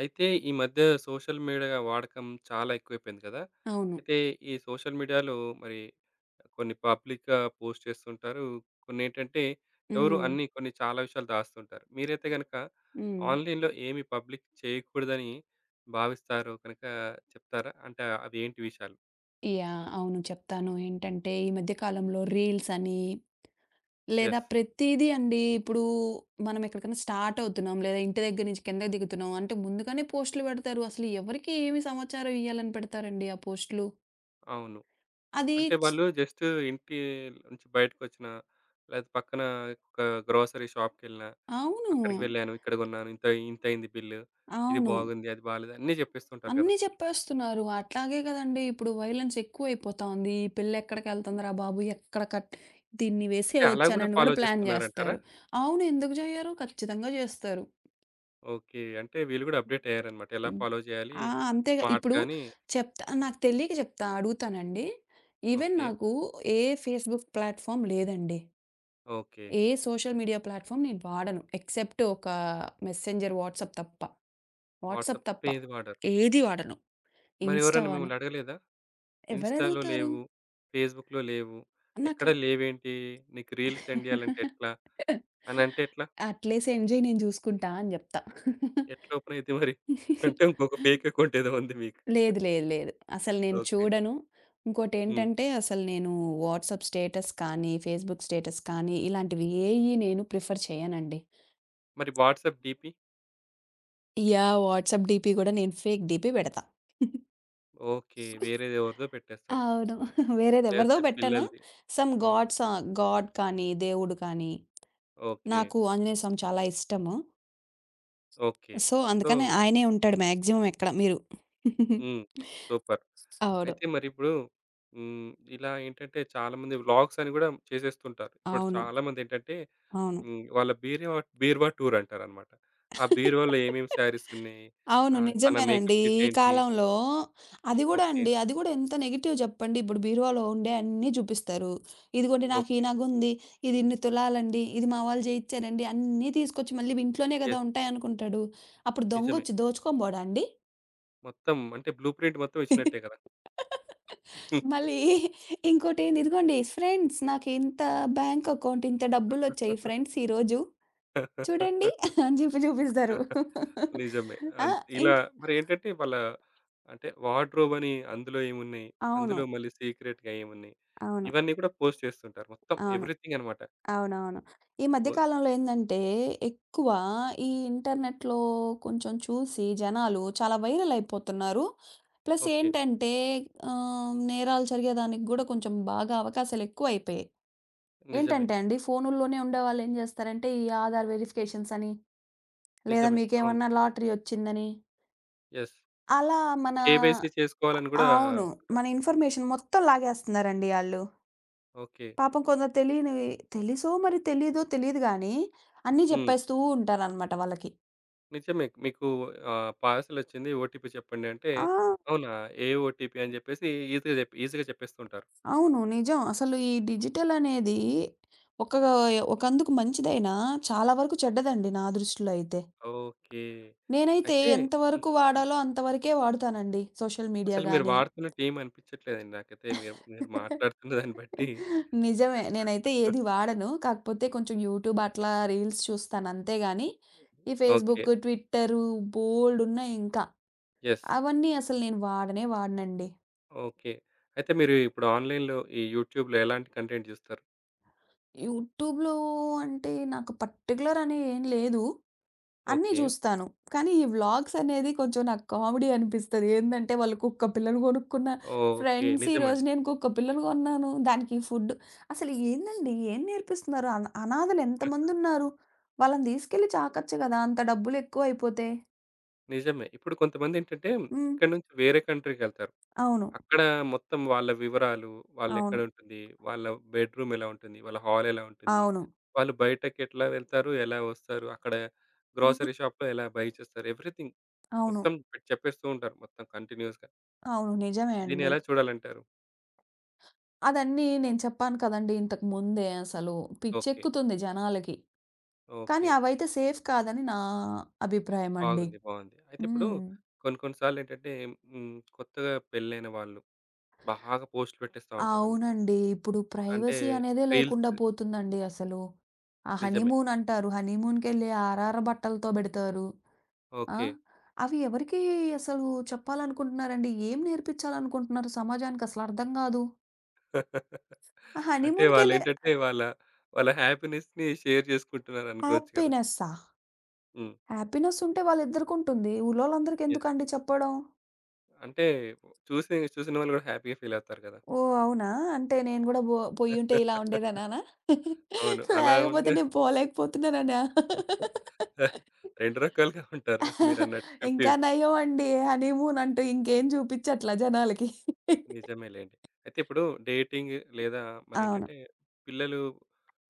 అయితే ఈ మధ్య సోషల్ మీడియా వాడకం చాలా ఎక్కువైపోయింది కదా! అవును. అయితే ఈ సోషల్ మీడియాలో మరి కొన్ని పబ్లిక్‌గా పోస్ట్ చేస్తుంటారు. కొన్నేంటంటే ఎవరు హ్మ్. అన్ని కొన్ని చాలా విషయాలు దాస్తుంటారు. మీరైతే గనక హ్మ్. ఆన్‌లైన్‌లో ఏమి పబ్లిక్ చేయకూడదని భావిస్తారో కనుక చెప్తారా? అంటే అవి ఏంటి విషయాలు? యాహ్! అవును, చెప్తాను. ఏంటంటే ఈ మధ్య కాలంలో రీల్స్ అని లేదా యెస్. ప్రతీదీ అండి. ఇప్పుడు మనం ఎక్కడికైనా స్టార్ట్ అవుతున్నాం లేదా ఇంటి దగ్గర నుంచి కిందకి దిగుతున్నాం అంటే ముందుగానే పోస్టులు పెడతారు. అసలు ఎవరికి ఏమి సమాచారం ఇయ్యాలని పెడతారండి ఆ పోస్టులు. అవును. అది అంటే చ్ వాళ్ళు జస్ట్ ఇంటి నుంచి బయటకొచ్చినా, లేతే పక్కన ఒక గ్రోసరీ షాప్‌కెళ్ళినా, అవును. అక్కడికి వెళ్ళాను, ఇక్కడ కొన్నాను, ఇంతయింది బిల్లు, ఇది అవును. బాగుంది, అది బాలేదు అన్నీ చెప్పేస్తుంటారు కదా! అన్నీ చెప్పేస్తున్నారు. అట్లాగే గదండీ! ఇప్పుడు వైలెన్స్ ఎక్కువైపోతా ఉంది. ఈ పిల్లెక్కడికెళ్తుందిరా బాబు! ఎక్కడ దీన్ని అంటే అలా కూడా వేసేయొచ్చనని గూడా ఫాలో ప్లాన్ చేస్తున్నారంటారా? జేస్తారు. అవును. ఎందుకు జేయరు? ఖచ్చితంగా జేస్తారు. ఓకే. అంటే వీళ్ళు కూడా అప్‌డేట్ అయ్యారన్నమాట. ఎలా హ్మ్. ఫాలో చేయాలి ఆ! అంతేగా స్మార్ట్‌గా ఇప్పుడు అని. చెప్తా, నాకు తెలియక జెప్తా, అడుగుతానండి. Even okay. నాకు ఏ ఫేస్‌బుక్ ప్లాట్‌ఫార్మ్ లేదండి. ఓకే. ఏ సోషల్ మీడియా ప్లాట్‌ఫార్మ్ నేను వాడను. ఎక్సెప్ట్ ఒక మెసెంజర్ వాట్సాప్ తప్ప. వాట్సాప్ వాట్సాప్ తప్ప తప్ప. ఏది వాడరు. ఏది వాడను. మరి ఇన్‌స్టా ఎవరైనా వాడను. మిమ్మల్ని అడగలేదా? ఇన్‌స్టా‌లో ఎవరడుగుతారు? లేవు, ఫేస్‌బుక్‌లో లేవు, నాకు ఎక్కడ లేవేంటి? నీకు రీల్స్ సెండ్ చేయాలంటే ఎట్లా? అనంటే ఎట్లా? అట్లేసి ఎంజాయ్ నేను జూసుకుంటా అని జెప్తా. ఎట్లా ఓపెన్ అయిద్ది మరి? అంటే ఇంకొక ఫేక్ అకౌంట్ ఏదో ఉంది మీకు. లేదు. లేదు. లేదు. అసలు నేను ఓకే. చూడను. హ్మ్. ఇంకోటేంటంటే అసలు నేను వాట్సాప్ స్టేటస్ కానీ, ఫేస్‌బుక్ స్టేటస్ కానీ ఇలాంటివి ఏయి నేను ప్రిఫర్ చేయనండి. మరి WhatsApp DP? Yeah! WhatsApp DP గూడా నేను ఫేక్ డీపీ బెడతా. ఓకే. వేరేది ఎవరిదో పెట్టేస్తారు. అవును. వేరేదెవరిదో లేకపోతే బెట్టను. పిల్లలది. సమ్ ఆ! గాడ్ సా గాడ్ కానీ, దేవుడు కానీ, ఓకే. నాకు ఆంజనేయ స్వామి చాలా ఇష్టము. ఓకే. సో, సో అందుకని ఆయనే ఉంటాడు మాక్సిమం ఎక్కడ మీరు. హ్మ్. సూపర్. అవును. అయితే మరిప్పుడు హ్మ్. ఇలా ఏంటంటే చాలామంది వ్లాగ్స్ అని గూడా చేసేస్తుంటారు. ఇప్పుడు అవును. చాలామందేంటంటే అవును. హ్మ్. వాళ్ళ బీరువా బీరువా టూర్ అంటారనమాట. ఆ బీరువాలో ఏమేమి శారీస్ ఉన్నాయి? అవును. ఆహ్, తన నిజమేనండి. మేకప్ కిట్ ఈ ఏంటి? కాలంలో అది గూడా ఓకే. అండి. అది గూడా ఎంత నెగెటివ్ జెప్పండి. ఇప్పుడు బీరువాలో ఉండే అన్నీ చూపిస్తారు. ఇదిగోండి నాకు ఈ ఓకే. నగుంది. ఇది ఇన్ని తులాలండి. ఇది మా వాళ్ళు జేయిచ్చారండి. అన్నీ తీసుకొచ్చి మళ్ళీ ఇంట్లోనే గదా యెస్. ఉంటాయనుకుంటాడు. అప్పుడు నిజమే. దొంగొచ్చి దోచుకొని బోడా అండి? మొత్తం అంటే బ్లూ ప్రింట్ మొత్తం ఇచ్చినట్టే కదా! మళ్ళీ ఇంకోటేంది, ఇదిగోండి ఫ్రెండ్స్ నాకింత బ్యాంక్ అకౌంట్ ఇంత డబ్బులొచ్చాయి ఫ్రెండ్స్ ఈరోజు. చూడండి అని జెప్పి జూపిస్తారు. నిజమే. ఆ! అన్ ఇలా ఇంక్ మరేంటంటే వాళ్ళ అంటే వార్డ్‌రోబ్ అని అందులో ఏమున్నాయి? అవును. అందులో మళ్ళీ సీక్రెట్‌గా ఏమున్నాయి? అవును. ఇవన్నీ కూడా పోస్ట్ చేస్తుంటారు. మొత్తం అవును. ఎవ్రీథింగ్ అన్నమాట. అవునవును. ఈ మధ్య ఓ కాలంలో ఏందంటే, ఎక్కువ ఈ ఇంటర్నెట్‌లో కొంచెం చూసి జనాలు చాలా వైరల్ అయిపోతున్నారు. Plus okay. ఏంటంటే ఆహ్, నేరాలు జరిగేదానికి గూడా కొంచెం బాగా అవకాశాలెక్కువైపోయాయి. నిజమే. ఏంటంటే అండి, ఫోనుల్లోనే ఉండేవాళ్ళేం జేస్తారంటే, ఈ ఆధార్ వెరిఫికేషన్స్ అని, లేదా నిజమే. అవును. మీకేమన్నా లాటరీ ఒచ్చిందని, యెస్. అలా మన కేవైసీ అ చేసుకోవాలని కూడా అవును. అంటుంటారు. మన ఇన్ఫర్మేషన్ మొత్తం లాగేస్తున్నారండి ఆళ్ళు. ఓకే. పాపం కొందరు తెలియనివి తెలుసో మరి తెలీదో తెలీదు గానీ, అన్నీ హ్మ్. జెప్పేస్తూ ఉంటారనమాట వాళ్ళకి. నిజమే. మీకు ఆహ్, పార్సెలొచ్చింది ఓటీపీ చెప్పండి అంటే, ఆ! అవునా? ఏ ఓటీపీ అని చెప్పేసి ఈజీగా చెప్పేస్తుంటారు. అవును. నిజం. అసలు ఈ డిజిటల్ అనేది ఒక ఒకందుకు మంచిదైనా, చాలా వరకు చెడ్డదండి నా దృష్టిలో అయితే. ఓకే. నేనైతే అయితే ఎంత హ్మ్. వరకు చెప్పండి. వాడాలో అంతవరకే వాడుతానండి. సోషల్ మీడియా అసలు మీరు గాని వాడుతున్నట్టు ఏమి అనిపిచ్చట్లేదండి నాకైతే. మీరు మీరు మాట్లాడుతున్న దాన్ని బట్టి. నిజమే. నేనైతే ఏది వాడను. కాకపోతే కొంచెం యూట్యూబ్ అట్లా రీల్స్ చూస్తాను అంతే గాని, ఈ ఓకే. ఫేస్‌బుక్, ట్విట్టరు బోలెడున్నాయి ఇంకా. యెస్. అవన్నీ అసలు నేను వాడనే వాడనండి. ఓకే. అయితే మీరు ఇప్పుడు ఆన్‌లైన్‌లో ఈ యూట్యూబ్‌లో ఎలాంటి కంటెంట్ జూస్తారు? యూట్యూబ్‌లో అంటే నాకు పర్టిక్యులర్ అని ఏం లేదు. అన్నీ ఓకే. జూస్తాను. కానీ ఈ వ్లాగ్స్ అనేది కొంచెం నాకు కామెడీ అనిపిస్తది. ఏందంటే వాళ్ళు కుక్క పిల్లను గొనుక్కున్న ఓకే. ఫ్రెండ్స్ ఈరోజు నిజమండి. నేను కుక్క పిల్లను కొన్నాను. దానికి ఫుడ్, అసలు ఏందండి? ఏం నేర్పిస్తున్నారు? అనాథలు ఎంతమందున్నారు? వాళ్ళని తీసుకెళ్ళి చాకచ్చు గదా! అంత డబ్బులెక్కువైపోతే. నిజమే. ఇప్పుడు కొంతమందేంటంటే హ్మ్. ఇక్కడి నుంచి వేరే కంట్రీకెళ్తారు. అవును. అక్కడ మొత్తం వాళ్ళ వివరాలు, అవును. వాళ్ళెక్కడుంటుంది, వాళ్ళ బెడ్‌రూమ్ ఎలా ఉంటుంది, వాళ్ళ హాల్ ఎలా ఉంటుంది, అవును. వాళ్ళు బయటకి ఎట్లా వెళ్తారు, ఎలా వస్తారు, అక్కడ హ్మ్. గ్రోసరీ షాప్‌లో ఎలా బై చేస్తారు, ఎవ్రీథింగ్ అవును. మొత్తం పెట్ చెప్పేస్తూ ఉంటారు మొత్తం కంటిన్యూయస్‌గా. అవును, నిజమే దీన్ని అండి. ఎలా చూడాలంటారు? అదన్నీ నేను చెప్పాను కదండీ ఇంతకు ముందే అసలు. ఓకే. పిచ్చెక్కుతుంది జనాలకి. కానీ ఓకే. అవైతే సేఫ్ కాదని నా అభిప్రాయమండి. బాగుంది. బాగుంది. అయితే ఇప్పుడు హ్మ్. కొన్ని కొన్ని సార్లేంటంటే హ్మ్. కొత్తగా పెళ్ళైన వాళ్ళు బాగా పోస్ట్‌లు పెట్టేస్తా ఉంటారన్నమాట. అవునండి. ఇప్పుడు అంటే ప్రైవసీ అనేదే రీల్స్ లేకుండా పోతుందండి అసలు. ఆ నిజమే. హనీమూన్ అంటారు. హనీమూన్‌కెళ్ళి ఆర్ఆర్ బట్టలతో బెడతారు. ఆ! ఓకే. అవి ఎవరికీ అసలు చెప్పాలనుకుంటున్నారండి? ఏం నేర్పిచ్చాలనుకుంటున్నారు సమాజానికసలు అర్థం గాదు. ఆ అంటే హనీమూన్‌కెళ్ళే వాళ్ళేంటంటే వాళ్ళ, వాళ్ళ హ్యాపీనెస్‌ని షేర్ జేసుకుంటున్నారనుకోవచ్చు కదా! హ్యాపీనెస్సా? హ్మ్. హ్యాపీనెస్ ఉంటే వాళ్ళిద్దరికుంటుంది. యెస్. ఊర్లోళ్ళందరికెందుకండి చెప్పడం? అంటే చూసిన వాళ్ళు గూడా హ్యాపీ‌గా ఫీలవుతారు గదా! ఓహ్! అవునా? అంటే నేను గూడా బో పోయుంటే ఇలా ఉండేదానానా? అవును. అలా లేకపోతే ఉండే నేను పోలేకపోతున్నానా? 2 రకాలుగా ఉంటారు మీరన్నట్టు 50, ఇంకా 50 నయం అండి. హనీమూన్ అంటూ ఇంకేం చూపిచ్చట్లా జనాలకి. నిజమేలెండి. అయితే ఇప్పుడు డేటింగ్ లేదా అవును. మరేంటంటే పిల్లలు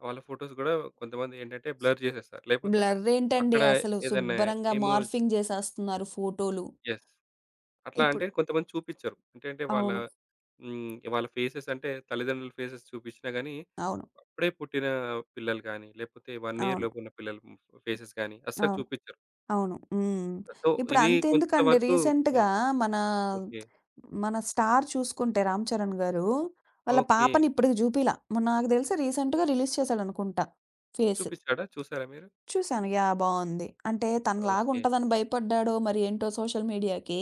వాళ్ళ ఫోటోస్ గూడా కొంతమందేంటంటే బ్లర్ జేసేస్తారు. లేకపోతే బ్లర్ ఏంటండి అక్కడ అసలు ఏదన్నా శుబ్బరంగా ఎమోజ్ మార్ఫింగ్ జేసేస్తున్నారు ఫోటోలు. యెస్. అట్లా అంటే ఇప్పుడు కొంతమంది చూపిచ్చరు. అంటే అంటే వాళ్ళ అవును. హ్మ్. వాళ్ళ ఫేసెస్ అంటే తల్లిదండ్రుల ఫేసెస్ చూపిచ్చినా గానీ, అవును. అవును. అప్పుడే పుట్టిన పిల్లలు గానీ, లేపోతే 1 ఇయర్ అవును. లోపున్న పిల్లల ఫేసెస్ గానీ అస్సలు అవును. చూపిచ్చరు. అవును. హ్మ్. సో, ఇప్పుడు ఇది కొంచెం అంతెందుకండి వరకు రీసెంట్‌గా హ్మ్. మన, ఓకే. మన స్టార్ చూసుకుంటే 'రామ్ చరణ్' గారు వాళ్ళ ఓకే. పాపని ఇప్పటికి జూపియలా. నాకు తెలిసి రీసెంట్‌గా రిలీజ్ చేశాడనుకుంటా ఫేస్. చూపిచ్చాడా? చూసారా మీరు? చూసాను. యాహ్! బావుంది. అంటే తనలాగా ఓకే. ఉంటదని భయపడ్డాడో మరి ఏంటో సోషల్ మీడియాకి.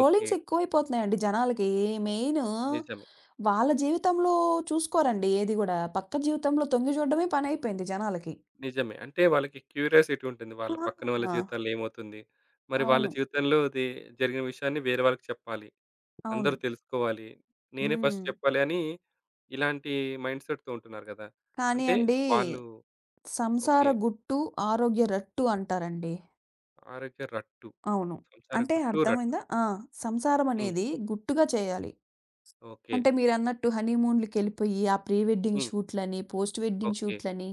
ఓకే. ఎక్కువైపోతున్నాయండి జనాలకి. మెయిను నిజమే. వాళ్ళ జీవితంలో చూసుకోరండి ఏది గూడా. పక్క జీవితంలో తొంగి చూడడమే పనైపోయింది జనాలకి. నిజమే. అంటే వాళ్ళకి క్యూరియాసిటీ ఉంటుంది. వాళ్ళ పక్కన వాళ్ళ ఆ! జీవితాల్లో ఏమవుతుంది? మరి వాళ్ళ అవును. జీవితంలో అది జరిగిన విషయాన్ని వేరే వాళ్ళకి చెప్పాలి. అవును. అందరూ తెలుసుకోవాలి. నేనే ఫస్ట్ హ్మ్. చెప్పాలి అని ఇలాంటి మైండ్‌సెట్‌తో ఉంటున్నారు గదా! కానీ అంటే అండి, వాళ్ళు సంసార ఓకే. గుట్టు ఆరోగ్య రట్టు అంటారండి. ఆరోగ్య రట్టు, అవును. సంసార అంటే గుట్టు, రట్టు. అర్థమైందా? ఆ! సంసారం హ్మ్. అనేది గుట్టుగా చేయాలి. ఓకే. అంటే మీరన్నట్టు హనీమూన్‌లకెళ్ళిపోయి, ఆ ప్రీ వెడ్డింగ్ హ్మ్. షూట్‌లని, పోస్ట్ వెడ్డింగ్ ఓకే. షూట్‌లని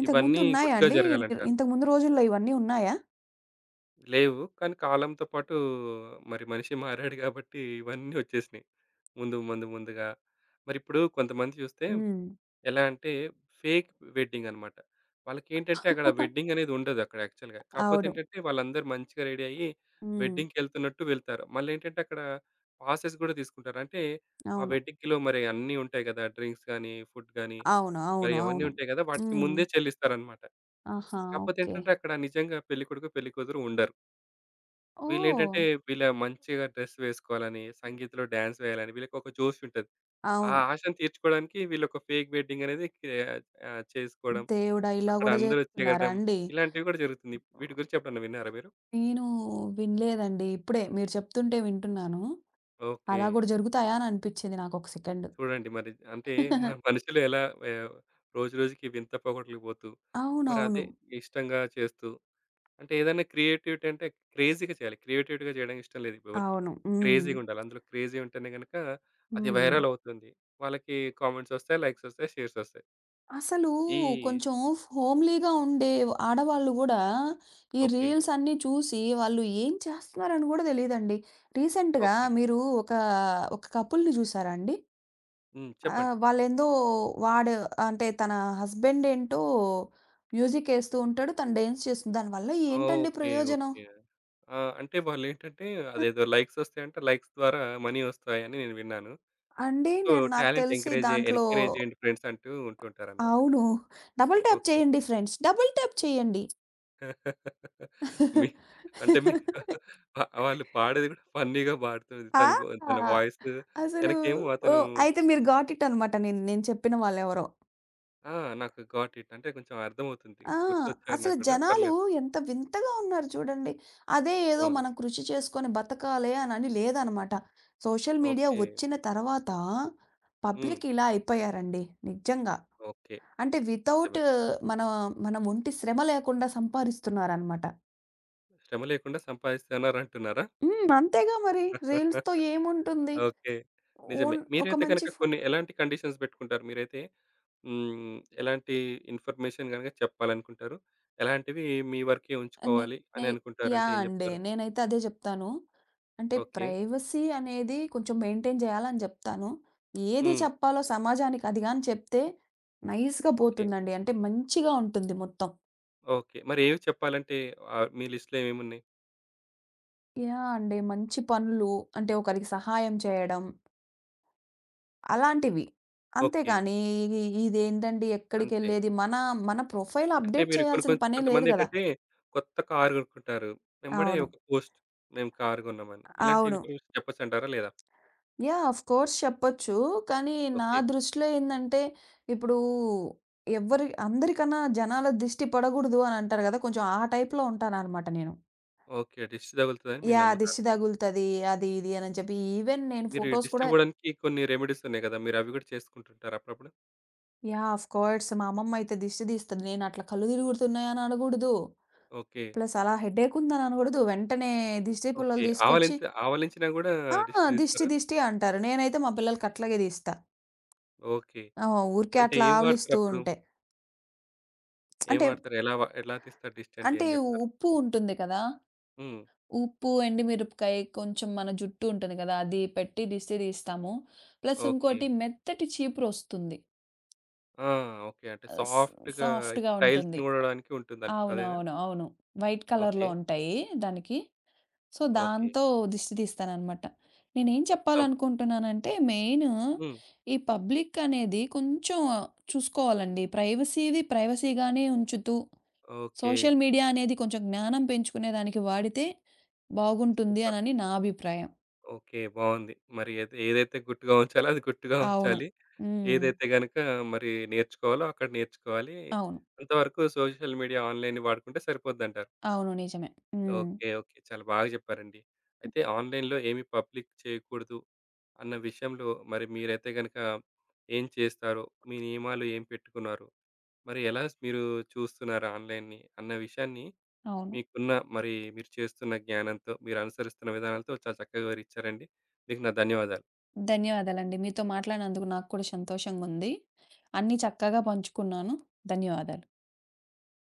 ఇంతకుముందు ఇవన్నీ ఉన్నాయా గుట్టుగా అండి? జరగాలంటారు. ఇంతకుముందు రోజుల్లో ఇవన్నీ ఉన్నాయా? లేవు. కానీ కాలంతో పాటు మరి మనిషి మారాడు గాబట్టి ఇవన్నీ వచ్చేసినాయి. ముందు ముందు ముందుగా. మరిప్పుడు కొంతమంది చూస్తే హ్మ్. ఎలా అంటే ఫేక్ వెడ్డింగ్ అన్నమాట. వాళ్ళకేంటంటే అక్కడ వెడ్డింగ్ అనేది ఉండదు అక్కడ యాక్చువల్‌గా. కాకపోతే అవును. ఏంటంటే వాళ్ళందరూ మంచిగా రెడీ అయ్యి హ్మ్. వెడ్డింగ్‌కెళ్తున్నట్టు వెళ్తారు. మళ్ళేంటంటే అక్కడ పాసెస్ గూడా తీసుకుంటారు. అంటే ఆ అవును. వెడ్డింగ్‌లో మరి అన్నీ ఉంటాయి గదా! డ్రింక్స్ గాని, ఫుడ్ గాని అవును. మరి అవును. అవన్నీ అవును. ఉంటాయి గదా! వాటికి హ్మ్. ముందే చెల్లిస్తారన్నమాట. ఆహా! కాకపోతే ఓకే. ఏంటంటే అక్కడ నిజంగా పెళ్ళికొడుకు, పెళ్ళికూతురు ఉండరు. ఓహ్! వీళ్ళేంటంటే వీళ్ళ మంచిగా డ్రెస్ వేసుకోవాలని, సంగీత్‌లో డాన్స్ వేయాలని వీళ్ళకొక జోష్ ఉంటది. ఆ అవును. ఆశను తీర్చుకోవడానికి వీళ్ళొక ఫేక్ వెడ్డింగ్ అనేది కే ఆహ్, చేసుకోవడం, దేవుడా! ఇలా అక్కడ గూడా అందరూ జేస్తున్నారా చేరడం అండి? ఇలాంటివి కూడా జరుగుతుంది. వీటి గురించి ఎప్పుడన్నా విన్నారా మీరు? నేను వినలేదండి. ఇప్పుడే మీరు చెప్తుంటే వింటున్నాను. ఓకే. అలా గూడా జరుగుతాయా అని అనిపిచ్చింది నాకొక సెకండ్. చూడండి మరి అంటే మ మనుషులు ఎలా ఆహ్, రోజు రోజుకి వింత పోగొట్లకు పోతూ, మరి అవునవును. అదే ఇష్టంగా చేస్తూ అంటే ఏదైనా క్రియేటివిటీ అంటే క్రేజీగా చేయాలి. క్రియేటివిటీగా చేయడానికి ఇష్టం లేదు ఇప్పుడెవరికీ. అవును. హ్మ్. క్రేజీగా ఉండాలి. అందులో క్రేజీ ఉంటేనే గనుక అది హ్మ్. వైరల్ అవుతుంది. వాళ్ళకి కామెంట్స్ వస్తాయి, లైక్స్ వస్తాయి, షేర్స్ వస్తాయి. అసలు ఈ కొంచెం హోమ్‌లీగా ఉండే ఆడవాళ్ళు గూడా ఈ ఓకే. రీల్స్ అన్నీ చూసి వాళ్ళు ఏం చేస్తున్నారని గూడా తెలీదండి. రీసెంట్‌గా ఓకే. మీరు ఒక కపుల్‌ని చూసారా అండి? హ్మ్. చెప్పండి. ఆహ్, వాళ్ళేందో వాడు అంటే తన హస్బెండ్ ఏంటో మ్యూజిక్ ఏస్తూ ఉంటాడు. తను డాన్స్ చేస్తుంది. దానివల్ల ఏంటండి ఓకే. ప్రయోజనం? ఓకే. ఆ! అంటే వాళ్ళేంటంటే అ! అదేదో లైక్స్ వస్తాయంట. లైక్స్ ద్వారా మనీ వస్తాయని నేను విన్నాను. అంటే సో, నాకు టాలెంట్ తెలిసి ఎంకరేజ్ దాంట్లో ఎంకరేజ్ చేయండి ఫ్రెండ్స్ అంటూ ఉంటుంటారనమాట. అవును. Double tap okay. చేయండి ఫ్రెండ్స్. డబుల్ ట్యాప్ చేయండి. మీ అంటే మీ వా వాళ్ళు పాడేది గూడా ఫన్నీగా పాడుతుంది. ఆ! తన వాయిస్ అసలు ఎనకేమో అతను ఓహ్! అయితే మీరు గాట్ ఇట్ అనమాట. నేను నేను చెప్పిన వాళ్ళెవరో. ఆ! నాకు గాట్ ఇట్ అంటే కొంచెం అర్థమవుతుంది. ఆ! గుర్తొచ్చారు అసలు నాకు గూడా జనాలు పర్లేదు. ఎంత వింతగా ఉన్నారు చూడండి. అదే ఏదో అవును. మనం కృషి చేసుకొని బతకాలే అనని లేదనమాట. Social media okay. వచ్చిన తర్వాత హ్మ్. పబ్లిక్ ఇలా అయిపోయారండి నిజంగా. ఓకే. అంటే వితౌట్ నిజమే. మన మన ఒంటి శ్రమ లేకుండా సంపాదిస్తున్నారనమాట. శ్రమ లేకుండా సంపాదిస్తున్నారంటున్నారా? హ్మ్. అంతేగా మరి. రీల్స్‌తో ఏముంటుంది? ఓకే. నిజమే. ఓన్ ఒక మీరైతే మంచి గనక ఫో కొన్ని ఎలాంటి కండిషన్స్ పెట్టుకుంటారు మీరైతే? హ్మ్. ఎలాంటి ఇన్ఫర్మేషన్ గనక చెప్పాలనుకుంటారు? ఎలాంటివి మీ వరకే ఉంచుకోవాలి నేనై అని అనుకుంటారు? అంటే యాహ్! ఏం అండి. జెప్తారు? నేనైతే అదే జెప్తాను. అంటే ఓకే. ప్రైవసీ అనేది కొంచెం మెయింటైన్ జేయాలని జెప్తాను. ఏది హ్మ్. చెప్పాలో సమాజానికి అది గాని చెప్తే నైస్‌గా ఓకే. పోతుందండి. అంటే మంచిగా ఉంటుంది మొత్తం. ఓకే. మరేవి చెప్పాలంటే ఆహ్, మీ లిస్ట్‌లో ఏమేమున్నాయి? యాహ్! అండి. మంచి పనులు, అంటే ఒకరికి సహాయం చేయడం అలాంటివి. ఓకే. అంతేగాని ఇది ఇదేంటండి అంతే. ఎక్కడికెళ్ళేది మన ప్రొఫైల్ అంటే అప్‌డేట్ మీరు కొన్ని చేయాల్సిన కొంచెం పనే లేదు గదా! కొంతమందేంటంటే కొత్త కారు కొనుక్కుంటారు. వెంబడే అవును. ఒక పోస్ట్ మేము కారు కొన్నామని. ఇలాంటి అవును. ఇన్ఫర్మేషన్ చెప్పొచ్చంటారా? లేదా? యాహ్! ఆఫ్ కోర్స్ చెప్పొచ్చు. కానీ నా ఓకే. దృష్టిలో ఏందంటే, ఇప్పుడు ఎవ్వరి అందరికన్నా జనాల దిష్టి పడగూడదు అని అంటారు గదా! కొంచెం ఆ టైప్‌లో ఉంటాననమాట నేను. ఓకే. దిష్టి తగులుతదని మీరు యాహ్! నమ్ముతారు. దిష్టి తగులుతది. అది ఇది అని చెప్పి ఈవెన్ నేను మీరు ఈ ఫోటోస్ దిష్టి కూడా. పోవడానికి కొన్ని రెమెడీస్ ఉన్నాయి కదా! మీరవి కూడా చేసుకుంటుంటారా అప్పుడప్పుడు? యాహ్! ఆఫ్ కోర్స్ మా అమ్మమ్మ అయితే దిష్టి తీస్తది. నేను అట్లా కళ్ళు తిరుగుతున్నాయి అని అనగూడదు. ఓకే. ప్లస్ అలా హెడేక్ ఉందని అనకూడదు. వెంటనే దిష్టి ఓకే. పుల్లలు తీసుకొచ్చి ఆవలించినా గూడా ఆ! దిష్టి దిష్టి తీస్తారా? దిష్టి అంటారు. నేనైతే మా పిల్లలకి అట్లాగే తీస్తా. ఓకే. ఆహ్, ఊరికే అంటే అట్లా ఏం ఆవలిస్తూ వాడతారప్పుడు? ఉంటే. ఏం అంటే, వాడతారు? ఎలా తీస్తారు దిష్టి అంటే ఏం అంటే జెప్తారు? ఉప్పు ఉంటుంది కదా! హ్మ్. ఉప్పు, ఎండుమిరపకాయ, కొంచెం మన జుట్టు ఉంటుంది కదా! అది పెట్టి దిష్టి తీస్తాము. Plus okay. ఇంకోటి మెత్తటి చీపురొస్తుంది. ఆ! ఓకే. అంటే ఆహ్, స్ సాఫ్ట్‌గా సాఫ్ట్‌గా ఇప్పుడు ఉంటుంది. టైల్స్‌ని ఊడడానికి ఉంటుందనుకుంటా. అదేనా? అవునవును. అవును. వైట్ కలర్‌లో ఓకే. ఉంటాయి దానికి. So, okay. దాంతో దిష్టి తీస్తాననమాట. నేనేం మొత్తం. చెప్పాలనుకుంటున్నానంటే, మెయిను హ్మ్. ఈ పబ్లిక్ అనేది కొంచెం చూసుకోవాలండి. ప్రైవసీది ప్రైవసీగానే ఉంచుతూ, ఓకే. సోషల్ మీడియా అనేది కొంచెం జ్ఞానం పెంచుకునే దానికి వాడితే బాగుంటుంది సూపర్. అనని నా అభిప్రాయం. ఓకే. బావుంది. మరి ఏది ఏదైతే గుట్టుగా ఉంచాలో అది గుట్టుగా అవును. ఉంచాలి. హ్మ్. ఏదైతే గనుక మరి నేర్చుకోవాలో అక్కడ నేర్చుకోవాలి. అవును. అంతవరకు సోషల్ మీడియా, ఆన్‌లైన్ వాడుకుంటే సరిపోద్దంటారు. అవును. నిజమే. హ్మ్. ఓకే. ఓకే. చాలా బాగా చెప్పారండి. అయితే ఆన్‌లైన్‌లో ఏమి పబ్లిక్ చేయకూడదు అన్న విషయంలో మరి మీరైతే గనక ఏం చేస్తారో, మీ నియమాలు ఏం పెట్టుకున్నారు? మరి ఎలా మీరు చూస్తున్నారు ఆన్‌లైన్‌ని అన్న విషయాన్ని అవును. మీకున్న మరి మీరు చేస్తున్న జ్ఞానంతో, మీరు అనుసరిస్తున్న విధానాలతో చాలా చక్కగా వివరిచ్చారండి. మీకు నా ధన్యవాదాలు. ధన్యవాదాలండి. మీతో మాట్లాడినందుకు నాకు కూడా సంతోషంగుంది. అన్నీ చక్కగా పంచుకున్నాను. ధన్యవాదాలు.